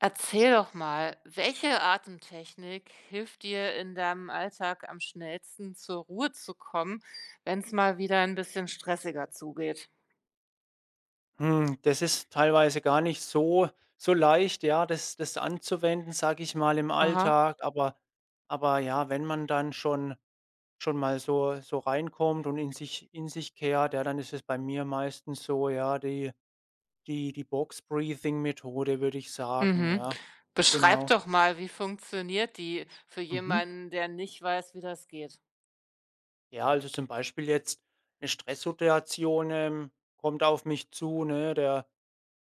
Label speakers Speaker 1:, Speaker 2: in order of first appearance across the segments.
Speaker 1: Erzähl doch mal, welche Atemtechnik hilft dir in deinem Alltag am schnellsten zur Ruhe zu kommen, wenn es mal wieder ein bisschen stressiger zugeht?
Speaker 2: Das ist teilweise gar nicht so leicht, ja, das anzuwenden, sage ich mal, im
Speaker 1: Aha,
Speaker 2: Alltag, aber ja, wenn man dann schon mal so reinkommt und in sich kehrt, ja, dann ist es bei mir meistens so, ja, die Box-Breathing-Methode, würde ich sagen,
Speaker 1: mhm.
Speaker 2: ja,
Speaker 1: Beschreib
Speaker 2: genau.
Speaker 1: doch mal, wie funktioniert die für
Speaker 2: Mhm.
Speaker 1: jemanden, der nicht weiß, wie das geht?
Speaker 2: Ja, also zum Beispiel jetzt eine Stresssituation kommt auf mich zu, ne? Der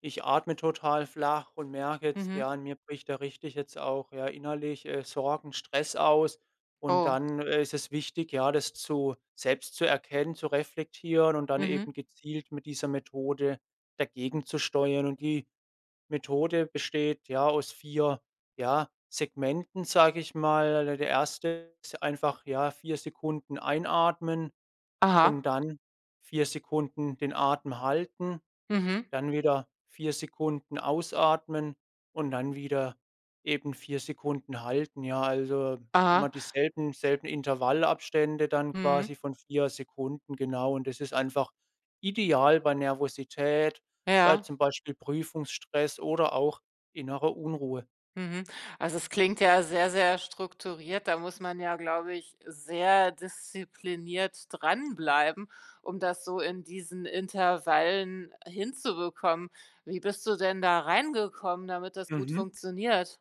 Speaker 2: Ich atme total flach und merke jetzt, ja,
Speaker 1: Mhm.
Speaker 2: an mir bricht da richtig jetzt auch, ja, innerlich, Sorgen, Stress aus. Und
Speaker 1: Oh.
Speaker 2: dann, ist es wichtig, ja, das zu selbst zu erkennen, zu reflektieren und dann eben
Speaker 1: Mhm.
Speaker 2: gezielt mit dieser Methode dagegen zu steuern. Und die Methode besteht, ja, aus 4 ja, Segmenten, sage ich mal. Also, der erste ist einfach, ja, 4 Sekunden einatmen und
Speaker 1: Aha.
Speaker 2: dann 4 Sekunden den Atem halten.
Speaker 1: Mhm.
Speaker 2: Dann wieder 4 Sekunden ausatmen und dann wieder eben 4 Sekunden halten, ja. Also, immer
Speaker 1: Aha.
Speaker 2: dieselben selben Intervallabstände dann
Speaker 1: Mhm.
Speaker 2: quasi von 4 Sekunden, genau. Und das ist einfach ideal bei Nervosität, bei
Speaker 1: Ja.
Speaker 2: zum Beispiel Prüfungsstress oder auch innerer Unruhe.
Speaker 1: Mhm. Also, es klingt ja sehr, sehr strukturiert. Da muss man ja, glaube ich, sehr diszipliniert dranbleiben, um das so in diesen Intervallen hinzubekommen. Wie bist du denn da reingekommen, damit das gut
Speaker 2: Mhm.
Speaker 1: funktioniert?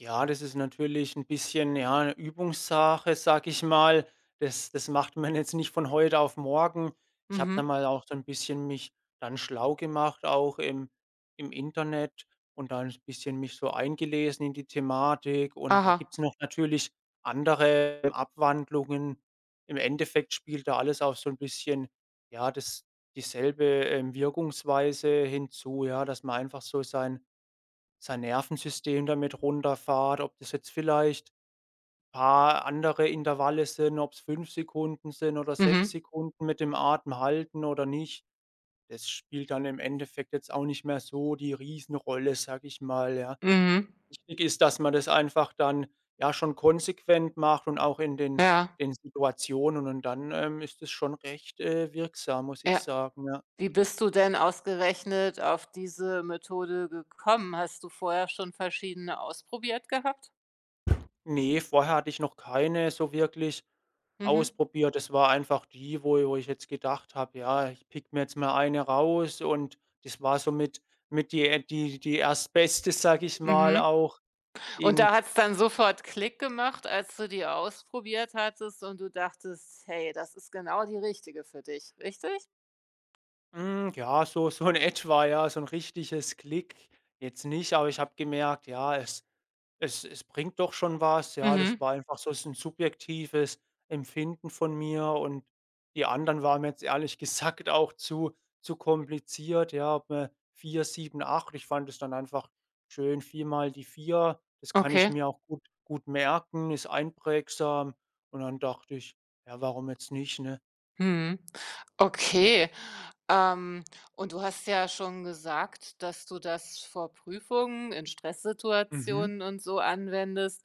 Speaker 2: Ja, das ist natürlich ein bisschen, ja, 'ne Übungssache, sag ich mal. Das macht man jetzt nicht von heute auf morgen. Ich habe da
Speaker 1: Mhm.
Speaker 2: mal auch so ein bisschen mich dann schlau gemacht, auch im Internet und dann ein bisschen mich so eingelesen in die Thematik. Und da
Speaker 1: Aha.
Speaker 2: gibt's noch natürlich andere Abwandlungen. Im Endeffekt spielt da alles auf so ein bisschen, ja, das dieselbe Wirkungsweise hinzu, ja, dass man einfach so sein Nervensystem damit runterfahrt, ob das jetzt vielleicht paar andere Intervalle sind, ob es 5 Sekunden sind oder sechs
Speaker 1: Mhm.
Speaker 2: Sekunden mit dem Atem halten oder nicht. Das spielt dann im Endeffekt jetzt auch nicht mehr so die Riesenrolle, sag ich mal, ja.
Speaker 1: Mhm.
Speaker 2: Wichtig ist, dass man das einfach dann, ja, schon konsequent macht und auch in den
Speaker 1: Ja.
Speaker 2: den Situationen und dann ist es schon recht, wirksam, muss ich
Speaker 1: Ja.
Speaker 2: sagen, ja.
Speaker 1: Wie bist du denn ausgerechnet auf diese Methode gekommen? Hast du vorher schon verschiedene ausprobiert gehabt?
Speaker 2: Ne, vorher hatte ich noch keine so wirklich
Speaker 1: Mhm.
Speaker 2: ausprobiert. Das war einfach die, wo ich jetzt gedacht habe: „Ja, ich pick mir jetzt mal eine raus“, und das war so mit die, die Erstbeste, sag ich mal,
Speaker 1: Mhm.
Speaker 2: auch
Speaker 1: Und
Speaker 2: in.
Speaker 1: da hat's dann sofort Klick gemacht, als du die ausprobiert hattest und du dachtest: „Hey, das ist genau die Richtige für dich“, richtig?
Speaker 2: Hm, ja, so in etwa, ja, so ein richtiges Klick jetzt nicht, aber ich habe gemerkt, ja, es bringt doch schon was. Ja, das
Speaker 1: Mhm.
Speaker 2: war einfach so ein subjektives Empfinden von mir und die anderen waren mir jetzt ehrlich gesagt auch zu kompliziert, ja, ob man 4, 7, 8 ich fand es dann einfach schön, 4 mal die vier, das kann ich
Speaker 1: Okay.
Speaker 2: mir auch gut merken, ist einprägsam und dann dachte ich: „Ja, warum jetzt nicht“, ne?
Speaker 1: Mhm. Okay. Ähm, und du hast ja schon gesagt, dass du das vor Prüfungen, in
Speaker 2: Mhm,
Speaker 1: Stresssituationen und so anwendest.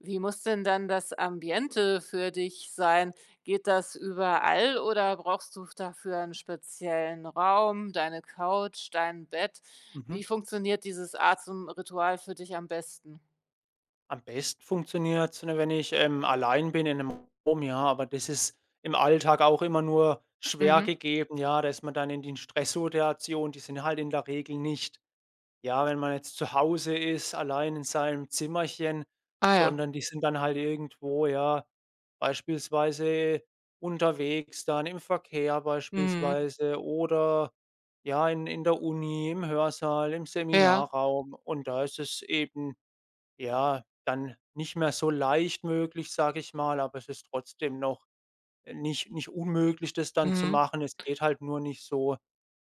Speaker 1: Wie muss denn dann das Ambiente für dich sein? Geht das überall oder brauchst du dafür einen speziellen Raum, deine Couch, dein Bett?
Speaker 2: mhm.
Speaker 1: Wie funktioniert dieses Atemritual für dich am besten?
Speaker 2: Am besten funktioniert es, wenn ich allein bin in einem Raum, ja, aber das ist im Alltag auch immer nur schwer
Speaker 1: Mhm.
Speaker 2: gegeben, ja. Da ist man dann in den Stresssituationen, die sind halt in der Regel nicht ja, wenn man jetzt zu Hause ist, allein in seinem Zimmerchen,
Speaker 1: Ah ja.
Speaker 2: sondern die sind dann halt irgendwo, ja, beispielsweise unterwegs dann im Verkehr
Speaker 1: Mhm.
Speaker 2: beispielsweise oder, ja, in der Uni, im Hörsaal, im
Speaker 1: Ja.
Speaker 2: Seminarraum, und da ist es eben ja, dann nicht mehr so leicht möglich, sage ich mal, aber es ist trotzdem noch nicht unmöglich, das dann zu
Speaker 1: Mhm.
Speaker 2: machen. Es geht halt nur nicht so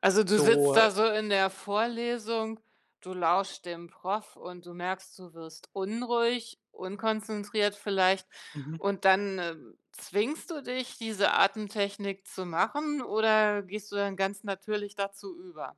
Speaker 1: Also, du sitzt
Speaker 2: so äh,
Speaker 1: da so in der Vorlesung, du lauschst dem Prof und du merkst, du wirst unruhig, unkonzentriert vielleicht
Speaker 2: mhm.
Speaker 1: und dann, zwingst du dich, diese Atemtechnik zu machen oder gehst du dann ganz natürlich dazu über?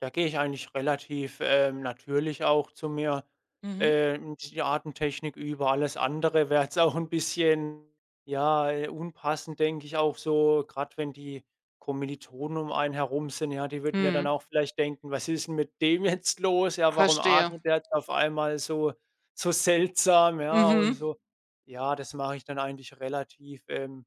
Speaker 2: Da gehe ich eigentlich relativ natürlich auch zu mir,
Speaker 1: Mhm.
Speaker 2: und die Atemtechnik über. Alles andere wäre jetzt auch ein bisschen, ja, unpassend, denke ich auch so, gerade wenn die Kommilitonen um einen herum sind, ja, die würden ja dann
Speaker 1: Mhm.
Speaker 2: auch vielleicht denken: „Was ist 'n mit dem jetzt los? Ja, warum
Speaker 1: Verstehe.
Speaker 2: atmet der jetzt auf einmal so seltsam?“ Ja, und
Speaker 1: Mhm.
Speaker 2: so. Ja, das mache ich dann eigentlich relativ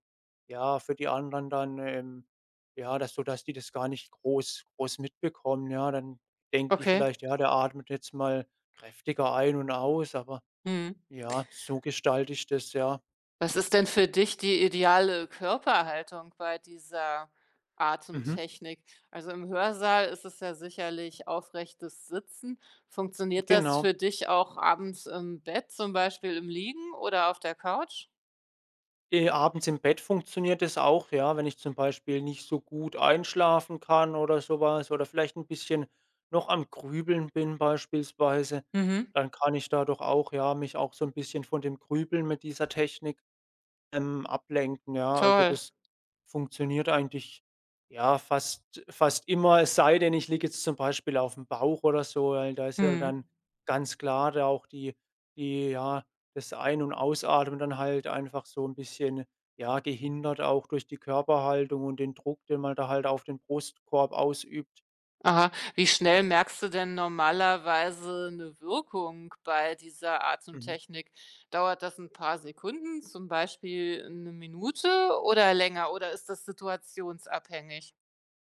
Speaker 2: ja, für die anderen dann, ja, dass so dass die das gar nicht groß mitbekommen, ja. Dann denken die
Speaker 1: Okay.
Speaker 2: vielleicht: „Ja, der atmet jetzt mal kräftiger ein und aus“, aber
Speaker 1: Mhm.
Speaker 2: ja, so gestalte ich das, ja.
Speaker 1: Was ist denn für dich die ideale Körperhaltung bei dieser
Speaker 2: Mhm,
Speaker 1: Atemtechnik? Also, im Hörsaal ist es ja sicherlich aufrechtes Sitzen. Funktioniert das
Speaker 2: genau.
Speaker 1: für dich auch abends im Bett, zum Beispiel im Liegen oder auf der Couch?
Speaker 2: Abends im Bett funktioniert das auch, ja, wenn ich zum Beispiel nicht so gut einschlafen kann oder sowas oder vielleicht ein bisschen noch am Grübeln bin beispielsweise,
Speaker 1: Mhm,
Speaker 2: dann kann ich da doch auch ja, mich auch so ein bisschen von dem Grübeln mit dieser Technik ablenken, ja. Also,
Speaker 1: toll.
Speaker 2: das funktioniert eigentlich, ja, fast immer, es sei denn, ich liege jetzt zum Beispiel auf dem Bauch oder so, weil da ist ja
Speaker 1: Mhm.
Speaker 2: dann ganz klar da auch die die ja, das Ein- und Ausatmen dann halt einfach so ein bisschen, ja, gehindert auch durch die Körperhaltung und den Druck, den man da halt auf den Brustkorb ausübt.
Speaker 1: Aha. Wie schnell merkst du denn normalerweise eine Wirkung bei dieser
Speaker 2: Mhm.
Speaker 1: Atemtechnik? Dauert das ein paar Sekunden, zum Beispiel eine Minute oder länger, oder ist das situationsabhängig?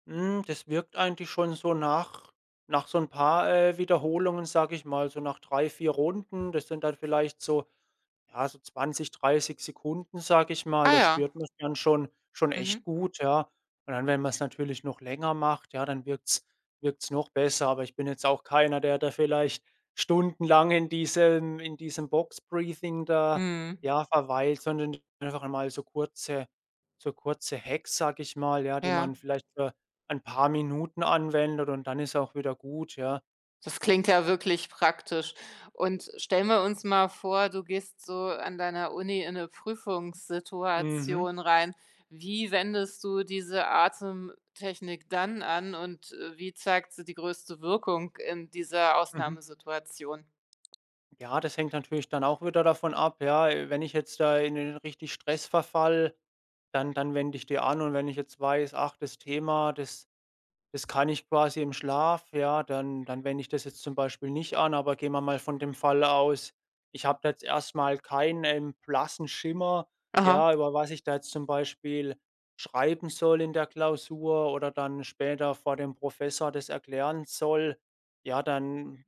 Speaker 2: Hm, das wirkt eigentlich schon so nach nach so ein paar Wiederholungen, sage ich mal, so nach 3 4 Runden. Das sind dann vielleicht so ja, so 20 30 Sekunden, sage ich mal.
Speaker 1: Ah
Speaker 2: Da
Speaker 1: ja.
Speaker 2: spürt man's dann schon echt
Speaker 1: Mhm.
Speaker 2: gut, ja. Und dann, wenn man es natürlich noch länger macht, ja, dann wirkt es wirkt's wirkt's noch besser. Aber ich bin jetzt auch keiner, der da vielleicht stundenlang in diesem Box-Breathing da,
Speaker 1: Mhm.
Speaker 2: ja, verweilt, sondern einfach mal so kurze Hacks, sage ich mal, ja, die man
Speaker 1: Ja,
Speaker 2: vielleicht für ein paar Minuten anwendet, und dann ist auch wieder gut, ja.
Speaker 1: das klingt ja wirklich praktisch. Und stellen wir uns mal vor, du gehst so an deiner Uni in eine
Speaker 2: Mhm,
Speaker 1: Prüfungssituation rein. Wie wendest du diese Atemtechnik dann an und, wie zeigt sie die größte Wirkung in dieser
Speaker 2: mhm.
Speaker 1: Ausnahmesituation?
Speaker 2: Ja, das hängt natürlich dann auch wieder davon ab, ja, wenn ich jetzt da in den richtig Stress verfalle, dann wende ich die an, und wenn ich jetzt weiß: „Ach, das Thema, das das kann ich quasi im Schlaf“, ja, dann wende ich das jetzt zum Beispiel nicht an, aber gehen wir mal von dem Fall aus, ich habe da jetzt erstmal keinen blassen Schimmer,
Speaker 1: Aha.
Speaker 2: ja, über was ich da jetzt zum Beispiel schreiben soll in der Klausur oder dann später vor dem Professor das erklären soll. Ja, dann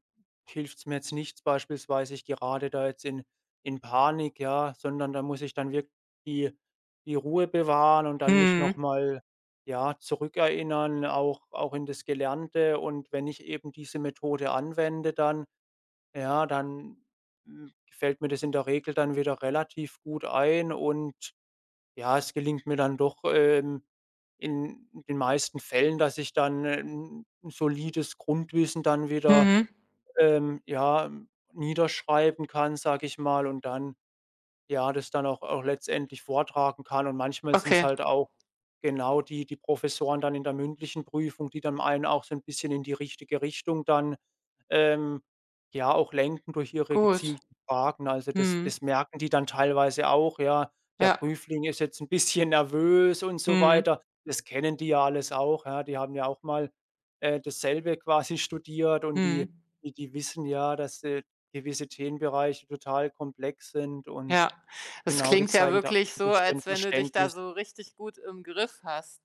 Speaker 2: hilft's mir jetzt nichts beispielsweise, ich gerate da jetzt in Panik, ja, sondern da muss ich dann wirklich die die Ruhe bewahren und dann mich noch
Speaker 1: Mhm.
Speaker 2: mal ja, zurückerinnern, auch in das Gelernte, und wenn ich eben diese Methode anwende dann, ja, dann, hm, fällt mir das in der Regel dann wieder relativ gut ein, und ja, es gelingt mir dann doch in den meisten Fällen, dass ich dann 'n 'n solides Grundwissen dann wieder
Speaker 1: Mhm.
Speaker 2: ja, niederschreiben kann, sage ich mal, und dann, ja, das dann auch letztendlich vortragen kann, und manchmal sind's
Speaker 1: Okay,
Speaker 2: halt auch genau, die Professoren dann in der mündlichen Prüfung, die dann einen auch so ein bisschen in die richtige Richtung dann, ähm, ja, auch lenken durch ihre
Speaker 1: gut.
Speaker 2: gezielten Fragen. Also, das
Speaker 1: Mhm.
Speaker 2: das merken die dann teilweise auch, ja. Der
Speaker 1: Ja.
Speaker 2: Prüfling ist jetzt ein bisschen nervös und so
Speaker 1: Mhm.
Speaker 2: weiter. Das kennen die ja alles auch, ja. Die haben ja auch mal, dasselbe quasi studiert, und die
Speaker 1: Mhm.
Speaker 2: die wissen ja, dass, gewisse Themenbereiche total komplex sind und
Speaker 1: Ja, das
Speaker 2: genau, die
Speaker 1: klingt ja
Speaker 2: zeigen da
Speaker 1: wirklich
Speaker 2: ein
Speaker 1: so,
Speaker 2: bisschen
Speaker 1: als wenn du dich da
Speaker 2: Verständnis.
Speaker 1: so richtig gut im Griff hast.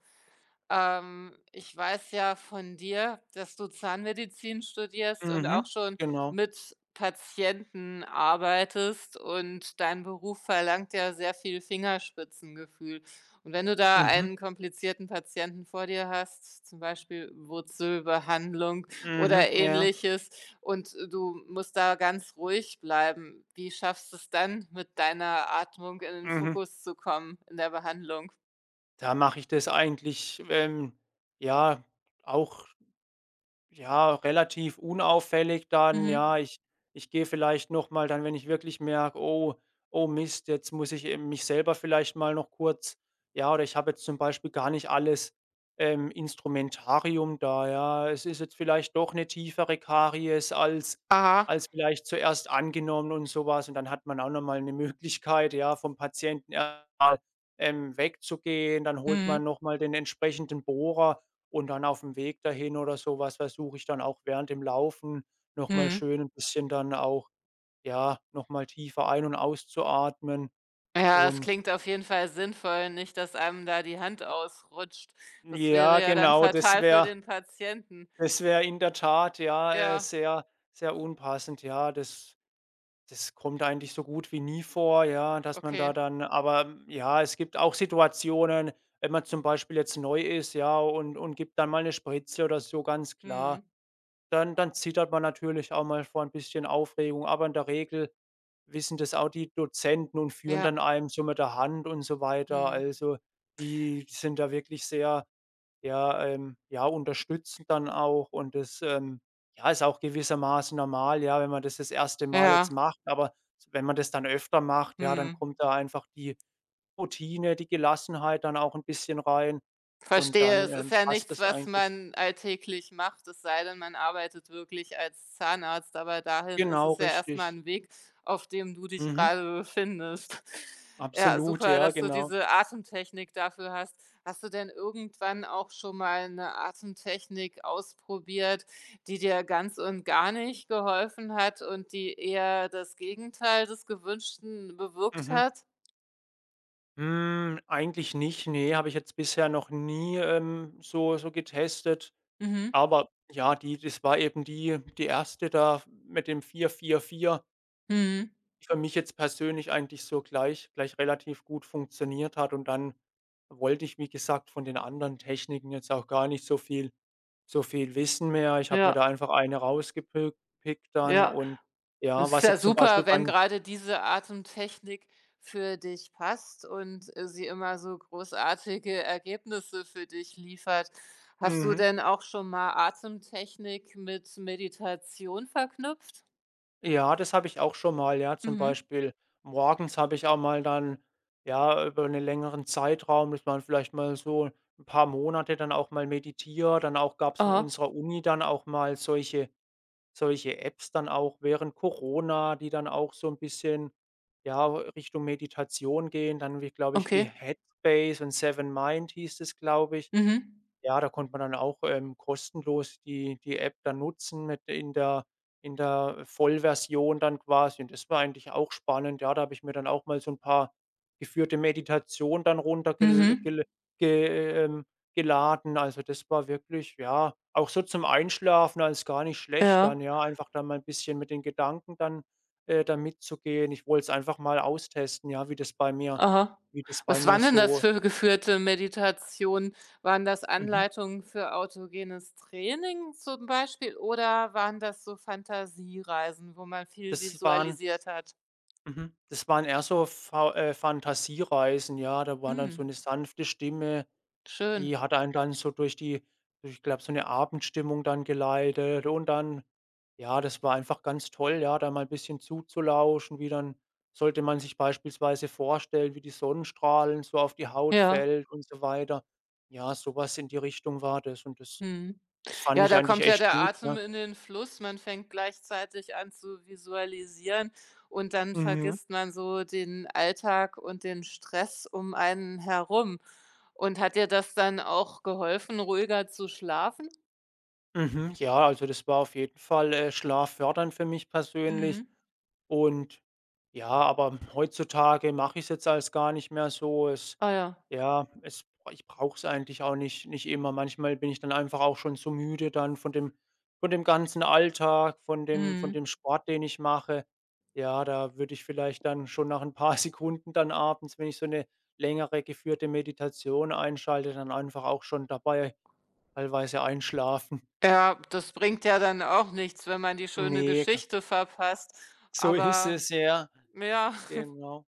Speaker 1: Ich weiß ja von dir, dass du Zahnmedizin studierst und auch
Speaker 2: Mhm,
Speaker 1: schon
Speaker 2: genau.
Speaker 1: mit Patienten arbeitest und dein Beruf verlangt ja sehr viel Fingerspitzengefühl. Und wenn du da
Speaker 2: Mhm,
Speaker 1: einen komplizierten Patienten vor dir hast, zum Beispiel Wurzelbehandlung
Speaker 2: mhm,
Speaker 1: oder
Speaker 2: ja,
Speaker 1: ähnliches, und du musst da ganz ruhig bleiben, wie schaffst du es dann, mit deiner Atmung in den
Speaker 2: mhm.
Speaker 1: Fokus zu kommen in der Behandlung?
Speaker 2: Da mache ich das eigentlich ja, auch ja, relativ unauffällig dann, ja.
Speaker 1: Mhm.
Speaker 2: Ich gehe vielleicht noch mal dann, wenn ich wirklich merke: „Oh, oh Mist, jetzt muss ich eben mich selber vielleicht mal noch kurz“, ja, oder ich habe jetzt zum Beispiel gar nicht alles Instrumentarium da, ja. Es ist jetzt vielleicht doch eine tiefere Karies als
Speaker 1: Aha.
Speaker 2: als vielleicht zuerst angenommen und sowas. Und dann hat man auch noch mal 'ne Möglichkeit, ja, vom Patienten erstmal wegzugehen. Dann holt man
Speaker 1: Mhm.
Speaker 2: noch mal den entsprechenden Bohrer. Und dann auf dem Weg dahin oder sowas, was versuche ich dann auch während dem Laufen noch mal
Speaker 1: Mhm.
Speaker 2: schön ein bisschen dann auch, ja, noch mal tiefer ein und auszuatmen.
Speaker 1: Ja, es
Speaker 2: Und
Speaker 1: klingt auf jeden Fall sinnvoll, nicht, dass einem da die Hand ausrutscht. Das wäre
Speaker 2: ja,
Speaker 1: ja dann
Speaker 2: genau,
Speaker 1: fatal für den Patienten.
Speaker 2: das wäre in der Tat, ja,
Speaker 1: Ja,
Speaker 2: sehr, sehr unpassend. Ja, das kommt eigentlich so gut wie nie vor, ja, dass man da
Speaker 1: okay.
Speaker 2: dann aber ja, es gibt auch Situationen, wenn man zum Beispiel jetzt neu ist, ja, und gibt dann mal eine Spritze oder so, ganz
Speaker 1: Mhm.
Speaker 2: klar. Dann zittert man natürlich auch mal vor ein bisschen Aufregung, aber in der Regel wissen das auch die Dozenten und führen
Speaker 1: Ja.
Speaker 2: dann einem so mit der Hand und so weiter.
Speaker 1: Mhm.
Speaker 2: Also, die sind da wirklich sehr, ja ja, unterstützend dann auch, und das ja, ist auch gewissermaßen normal, ja, wenn man das erste Mal
Speaker 1: Ja.
Speaker 2: jetzt macht, aber wenn man das dann öfter macht, ja, dann
Speaker 1: Mhm.
Speaker 2: kommt da einfach die Routine, die Gelassenheit dann auch ein bisschen rein und
Speaker 1: Verstehe,
Speaker 2: dann
Speaker 1: es ist ja
Speaker 2: passt
Speaker 1: nichts,
Speaker 2: es
Speaker 1: was
Speaker 2: eigentlich.
Speaker 1: man alltäglich macht, es sei denn, man arbeitet wirklich als Zahnarzt, aber dahin ist
Speaker 2: Genau,
Speaker 1: es ja erst mal
Speaker 2: richtig.
Speaker 1: 'n Weg, auf dem du dich
Speaker 2: Mhm.
Speaker 1: grade befindest. Ja,
Speaker 2: Absolut,
Speaker 1: super,
Speaker 2: ja,
Speaker 1: dass du
Speaker 2: genau.
Speaker 1: diese Atemtechnik dafür hast. Hast du denn irgendwann auch schon mal 'ne Atemtechnik ausprobiert, die dir ganz und gar nicht geholfen hat und die eher das Gegenteil des Gewünschten bewirkt
Speaker 2: Mhm.
Speaker 1: hat?
Speaker 2: Hm, eigentlich nicht, ne, habe ich jetzt bisher noch nie so getestet.
Speaker 1: Mhm.
Speaker 2: Aber ja, die das war eben die erste da mit dem 4 4 4,
Speaker 1: Mhm.
Speaker 2: die für mich jetzt persönlich eigentlich so gleich relativ gut funktioniert hat. Und dann wollte ich, wie gesagt, von den anderen Techniken jetzt auch gar nicht so viel wissen mehr. Ich habe mir da
Speaker 1: Ja,
Speaker 2: einfach eine rausgepö pickt dann
Speaker 1: ja.
Speaker 2: und ja,
Speaker 1: Es ist
Speaker 2: was
Speaker 1: ja
Speaker 2: jetzt zum
Speaker 1: super,
Speaker 2: Beispiel
Speaker 1: wenn
Speaker 2: beim
Speaker 1: gerade diese Atemtechnik für dich passt und, sie immer so großartige Ergebnisse für dich liefert. Hast du
Speaker 2: mhm.
Speaker 1: denn auch schon mal Atemtechnik mit Meditation verknüpft?
Speaker 2: Ja, das habe ich auch schon mal, ja. Zum
Speaker 1: Mhm.
Speaker 2: Beispiel morgens habe ich auch mal dann, ja, über einen längeren Zeitraum, das waren vielleicht mal so ein paar Monate, dann auch mal meditiert. Dann auch gab's von
Speaker 1: Aha,
Speaker 2: unserer Uni dann auch mal solche Apps dann auch während Corona, die dann auch so ein bisschen, ja, Richtung Meditation gehen. Dann wie glaube ich, wie
Speaker 1: okay.
Speaker 2: Headspace und Seven Mind hieß es glaube ich.
Speaker 1: Mhm.
Speaker 2: Ja, da konnte man dann auch kostenlos die App dann nutzen mit in der Vollversion dann quasi, und das war eigentlich auch spannend. Ja, da habe ich mir dann auch mal so ein paar geführte Meditationen dann runtergeladen.
Speaker 1: Mhm.
Speaker 2: Ge ähm, geladen. Also, das war wirklich ja, auch so zum Einschlafen als gar nicht schlecht
Speaker 1: Ja.
Speaker 2: dann, ja, einfach dann mal 'n bisschen mit den Gedanken dann, da mitzugehen. Ich wollte es einfach mal austesten, ja,
Speaker 1: Aha.
Speaker 2: wie das bei
Speaker 1: Was
Speaker 2: mir
Speaker 1: waren denn das
Speaker 2: so
Speaker 1: für geführte Meditationen? Waren das
Speaker 2: mhm,
Speaker 1: Anleitungen für autogenes Training zum Beispiel oder waren das so Fantasiereisen, wo man viel
Speaker 2: das waren.
Speaker 1: visualisiert hat?
Speaker 2: Mhm. Das waren eher so Fa Fantasiereisen, ja. Da war dann
Speaker 1: Hm,
Speaker 2: so 'ne sanfte Stimme,
Speaker 1: schön.
Speaker 2: die hat einen dann so durch ich glaube, so 'ne Abendstimmung dann geleitet, und dann ja, das war einfach ganz toll, ja, da mal 'n bisschen zuzulauschen, wie dann sollte man sich beispielsweise vorstellen, wie die Sonnenstrahlen so auf die Haut
Speaker 1: Ja.
Speaker 2: fällt und so weiter. Ja, so was in die Richtung war das, und das
Speaker 1: Mhm.
Speaker 2: das fand
Speaker 1: Ja,
Speaker 2: ich
Speaker 1: da
Speaker 2: eigentlich
Speaker 1: kommt ja
Speaker 2: echt
Speaker 1: der
Speaker 2: gut, ja.
Speaker 1: Atem in den Fluss. Man fängt gleichzeitig an zu visualisieren und dann
Speaker 2: Mhm,
Speaker 1: vergisst man so den Alltag und den Stress um einen herum. Und hat dir das dann auch geholfen, ruhiger zu schlafen?
Speaker 2: mhm. Ja, also das war auf jeden Fall, schlaffördernd für mich persönlich.
Speaker 1: Mhm.
Speaker 2: Und ja, aber heutzutage mache ich es jetzt als gar nicht mehr so. Es
Speaker 1: Ah ja.
Speaker 2: ja, es ich brauche es eigentlich auch nicht immer. Manchmal bin ich dann einfach auch schon so müde dann von dem ganzen Alltag, von dem von
Speaker 1: Mhm.
Speaker 2: dem Sport, den ich mache. Ja, da würde ich vielleicht dann schon nach ein paar Sekunden dann abends, wenn ich so eine längere geführte Meditation einschalte, dann einfach auch schon dabei teilweise einschlafen.
Speaker 1: Ja, das bringt ja dann auch nichts, wenn man die schöne
Speaker 2: Ne,
Speaker 1: Geschichte verpasst.
Speaker 2: so ist
Speaker 1: Aber
Speaker 2: es, ja,
Speaker 1: ja,
Speaker 2: genau.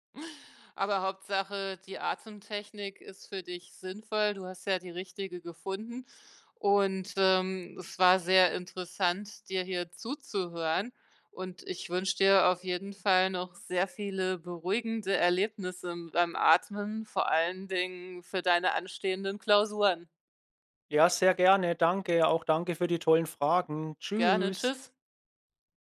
Speaker 1: aber Hauptsache, die Atemtechnik ist für dich sinnvoll. Du hast ja die richtige gefunden. Und es war sehr interessant, dir hier zuzuhören. Und ich wünsche dir auf jeden Fall noch sehr viele beruhigende Erlebnisse beim Atmen, vor allen Dingen für deine anstehenden Klausuren.
Speaker 2: Ja, sehr gerne. Danke. Auch danke für die tollen Fragen.
Speaker 1: Gerne,
Speaker 2: Tschüss.
Speaker 1: tschüss.